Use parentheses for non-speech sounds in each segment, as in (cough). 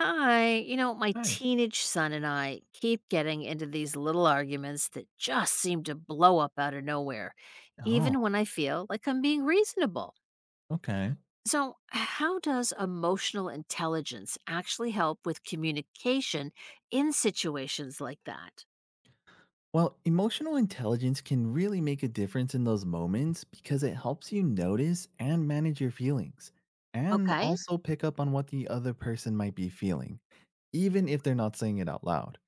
Hi, my Hi. teenage son and I keep getting into these little arguments that just seem to blow up out of nowhere, Oh, even when I feel like I'm being reasonable. okay. So, how does emotional intelligence actually help with communication in situations like that? Well, emotional intelligence can really make a difference in those moments because it helps you notice and manage your feelings and Okay. also pick up on what the other person might be feeling, even if they're not saying it out loud.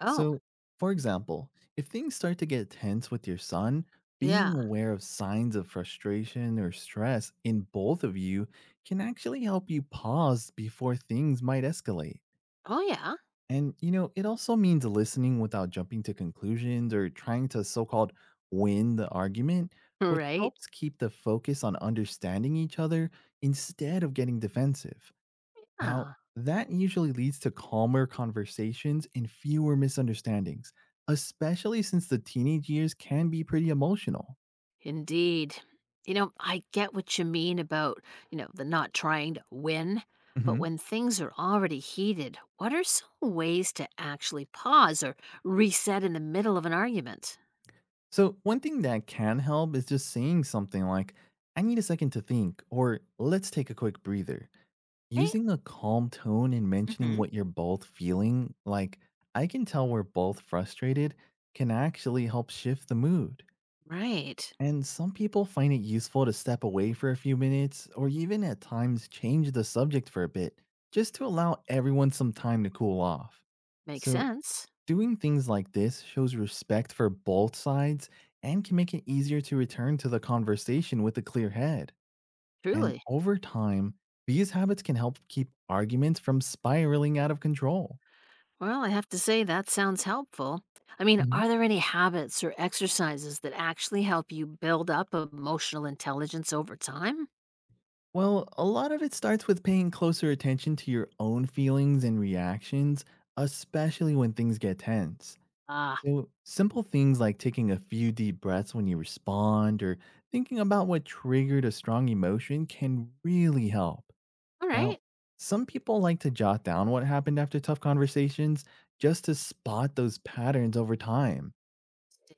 Oh, So, for example, if things start to get tense with your son, being yeah. aware of signs of frustration or stress in both of you can actually help you pause before things might escalate. Oh, yeah. (laughs) And, you know, it also means listening without jumping to conclusions or trying to so called win the argument, which Right. helps keep the focus on understanding each other instead of getting defensive. Now, Yeah. that usually leads to calmer conversations and fewer misunderstandings, especially since the teenage years can be pretty emotional. Indeed. I get what you mean about, the not trying to win, but Mhm. when things are already heated, what are some ways to actually pause or reset in the middle of an argument? So, one thing that can help is just saying something like, I need a second to think, or let's take a quick breather. Right? Using a calm tone and mentioning Hmm. what you're both feeling, like, I can tell we're both frustrated, can actually help shift the mood. Right. And some people find it useful to step away for a few minutes or even at times change the subject for a bit just to allow everyone some time to cool off. Makes So, sense. doing things like this shows respect for both sides and can make it easier to return to the conversation with a clear head. And Truly. over time, these habits can help keep arguments from spiraling out of control. Well, I have to say that sounds helpful. I mean, Mhm. are there any habits or exercises that actually help you build up emotional intelligence over time? Well, a lot of it starts with paying closer attention to your own feelings and reactions, especially when things get tense. Ah, So, simple things like taking a few deep breaths when you respond or thinking about what triggered a strong emotion can really help. all Now, right. some people like to jot down what happened after tough conversations just to spot those patterns over time.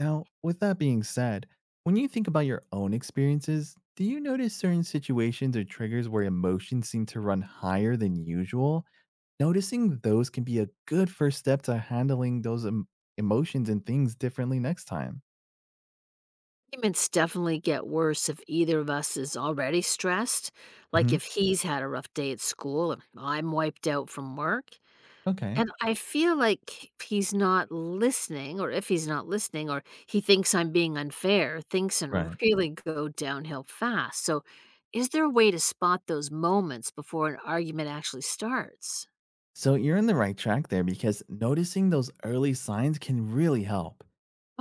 Now, with that being said, when you think about your own experiences, do you notice certain situations or triggers where emotions seem to run higher than usual? Noticing those can be a good first step to handling those emotions and things differently next time. Arguments definitely get worse if either of us is already stressed. Like Hmm. if he's had a rough day at school and I'm wiped out from work. Okay. And I feel like he's not listening, or if he's not listening, or he thinks I'm being unfair, things can Right. really go downhill fast. So, is there a way to spot those moments before an argument actually starts? So you're in the right track there because noticing those early signs can really help.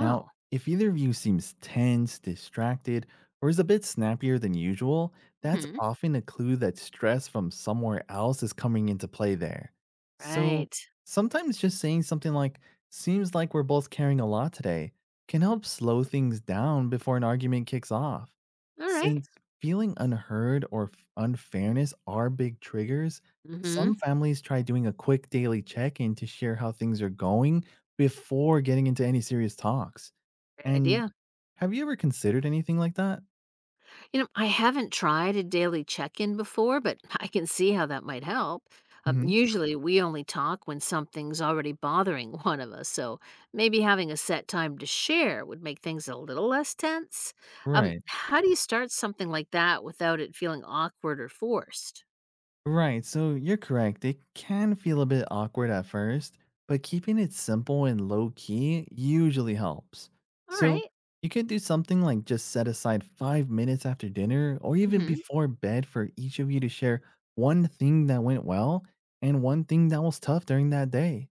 Now, if either of you seems tense, distracted, or is a bit snappier than usual, that's Hmm. often a clue that stress from somewhere else is coming into play there. So Right. sometimes just saying something like, seems like we're both carrying a lot today, can help slow things down before an argument kicks off. All right. Since feeling unheard or unfairness are big triggers, Mm-hmm. some families try doing a quick daily check in to share how things are going before getting into any serious talks. Great And idea. have you ever considered anything like that? I haven't tried a daily check in before, but (laughs) I can see how that might help. Hmm. Usually, we only talk when something's already bothering (laughs) one of us, so maybe having a set time to share would make things a little less tense. Right. How do you start something like that without it feeling awkward or forced? Right. So you're correct. It can feel a bit awkward at first, but keeping it simple and low key usually helps. All So right. you could do something like just set aside 5 minutes after dinner or even Mm-hmm. before bed for each of you to share one thing that went well and one thing that was tough during that day.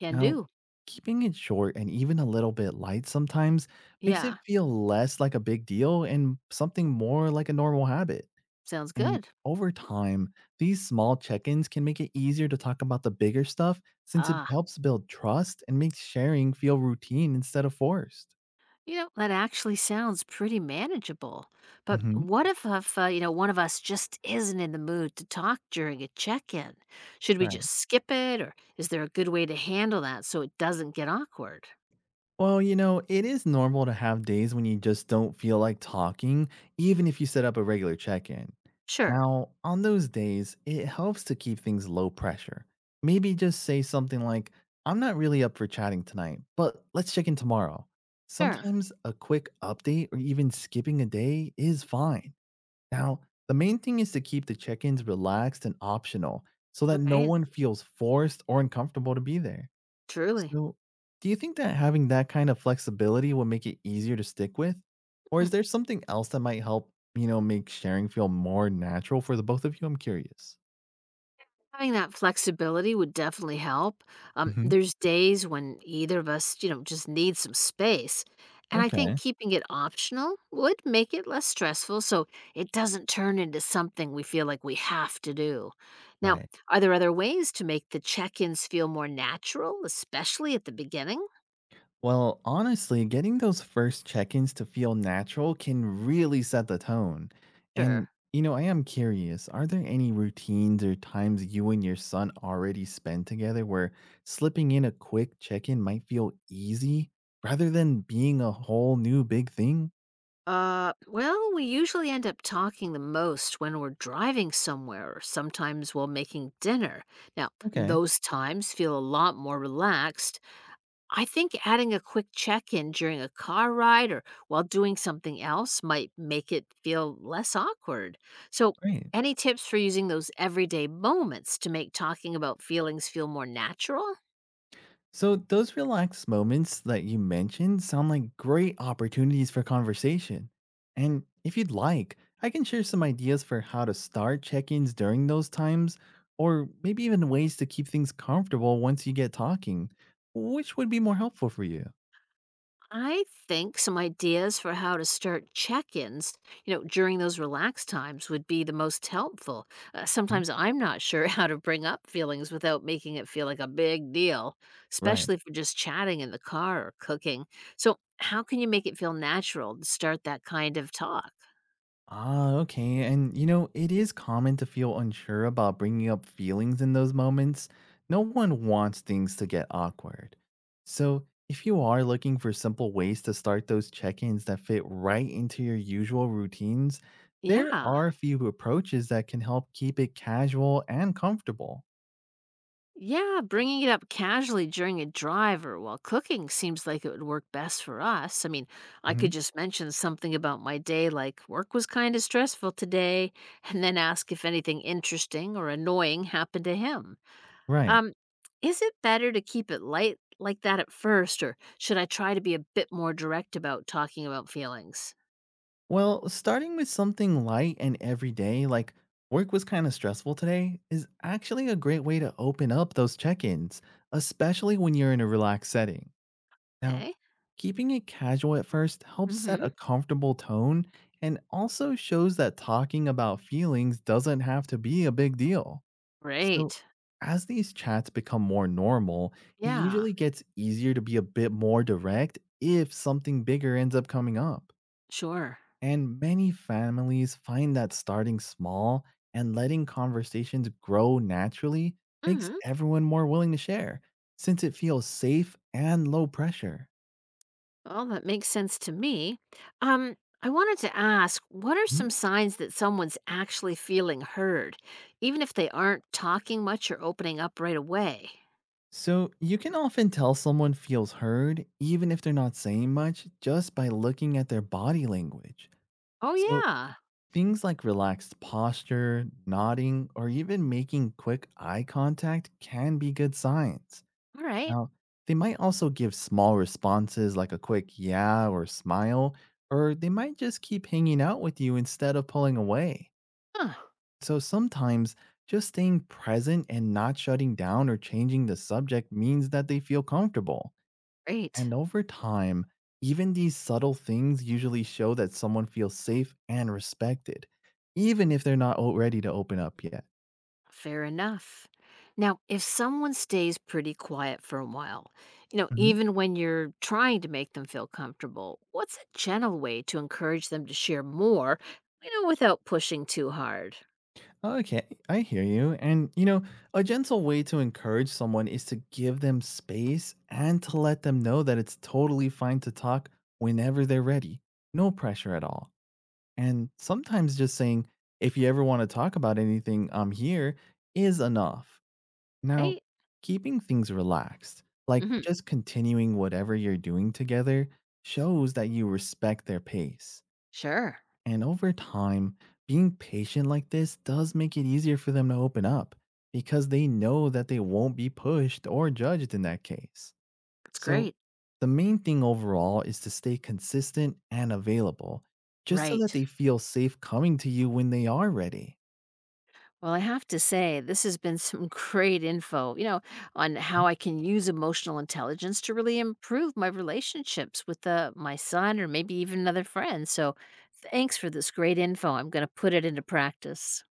Can Now, do. keeping it short and even a little bit light sometimes makes it Yeah, feel less like a big deal and something more like a normal habit. sounds And good. over time, these small check ins can make it easier to talk about the bigger stuff since it Ah. helps build trust and makes sharing feel routine instead of forced. That actually sounds pretty manageable. But Hmm. what if one of us just isn't in the mood to talk during a check-in? Should we Right. just skip it, or is there a good way to handle that so it doesn't get awkward? Well, you know, it is normal to have days when you just don't feel like talking, even Mm, if you set up a regular check in. sure, Now, on those days, it helps to keep things low pressure. Maybe just say something like, I'm not really up for chatting tonight, but let's check in tomorrow. sure. Sometimes a quick update or even skipping a day is fine. Now, the main thing is to keep the check ins relaxed and optional so All that no right, one feels forced or uncomfortable to be there. truly. So, do you think that having that kind of flexibility will make it easier to stick with? Or is there something else that might help, you know, make sharing feel more natural for the both of you? I'm curious. Having that flexibility would definitely help. Hmm. There's days when either of us, just need some space. And I think Okay. keeping it optional would make it less stressful so it doesn't turn into something we feel like we have to do. Now, Right. are there other ways to make the check ins feel more natural, especially at the beginning? Well, honestly, getting those first check ins to feel natural can really set the tone. Sure. And, you know, I am curious, are there any routines or times you and your son already spend together where slipping in a quick check in might feel easy rather than being a whole new big thing? Well, we usually end up talking the most when we're driving somewhere, or sometimes while making dinner. Now, Okay, those times feel a lot more relaxed. I think adding a quick check in during a car ride or while doing something else might make it feel less awkward. So, great. any tips for using those everyday moments to make talking about feelings feel more natural? So, those relaxed moments that you mentioned sound like great opportunities for conversation. And if you'd like, I can share some ideas for how to start check ins during those times, or maybe even ways to keep things comfortable once you get talking. Which would be more helpful for you? I think some ideas for how to start check ins, during those relaxed times would be the most helpful. Hmm? Sometimes I'm not sure (laughs) how to bring up feelings without making it feel like a big deal, Right. especially if we're just chatting in the car or cooking. So, how can you make it feel natural to start that kind of talk? Ah, okay. And you know, it is common to feel unsure about bringing up feelings in those moments. No one wants things to get awkward. So, if you are looking for simple ways to start those check ins that fit right into your usual routines, there Yeah. are a few approaches that can help keep it casual and comfortable. Yeah, bringing it up casually during a drive or while cooking seems like it would work best for us. I mean, I Hmm. could just mention something about my day, like work was kind of stressful today, and then ask if anything interesting or annoying happened to him. Right. Um, is it better to keep it light like that at first, or should I try to be a bit more direct about talking about feelings? Well, starting with something light and everyday, like work was kind of stressful today, is actually a great way to open up those check ins, especially when you're in a relaxed setting. Now, Okay. keeping it casual at first helps set Mm-hmm. a comfortable tone and also shows that talking about feelings doesn't have to be a big deal. So, Great. as these chats become more normal, it Yeah, usually gets easier to be a bit more direct if something bigger ends up coming up. sure. And many families find that starting small and letting conversations grow naturally Mm makes hmm. everyone more willing to share since it feels safe and low pressure. Well, that makes sense to me. Um, I wanted to ask, what are some Mhm. signs that someone's actually feeling heard, even if they aren't talking much or opening up right away? So you can often tell someone feels heard even if they're not saying much just by looking at their body language. Oh, So yeah. things like relaxed posture, nodding, or even making quick eye contact can be good signs. All right. Now, they might also give small responses like a quick yeah or smile, or they might just keep hanging out with you instead of pulling away. Huh. So sometimes just staying present and not shutting down or changing the subject means that they feel comfortable. Great. And over time, even these subtle things usually show that someone feels safe and respected, even if they're not ready to open up yet. Fair enough. Now, if someone stays pretty quiet for a while, even when you're trying to make them feel comfortable, what's a gentle way to encourage them to share more, without pushing too hard, Okay, I hear you. And, you know, a gentle way to encourage someone is to give them space and to let them know that it's totally fine to talk whenever they're ready. No pressure at all. And sometimes just saying, if you ever want to talk about anything, I'm here, is enough. Now, right? keeping things relaxed, like Hmm. just continuing whatever you're doing together, shows that you respect their pace. Sure. And over time, being patient like this does make it easier for them to open up because they know that they won't be pushed or judged in that case. That's So, great. the main thing overall is to stay consistent and available just so that Right. they feel safe coming to you when they are ready. Well, I have to say, this has been (laughs) some great info, on Mhm. how I can use emotional intelligence to really improve my relationships with my son or maybe even another friend. So thanks for this great info. I'm going to put it into practice.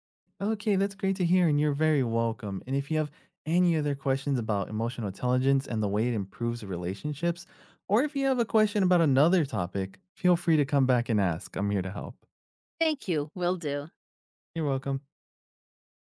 Okay, that's great to hear, and you're very welcome. And if you have any other questions about emotional intelligence and the way it improves relationships, or if you have a question about another topic, feel free to come back and ask. I'm here to help. Thank you. Will do. You're welcome.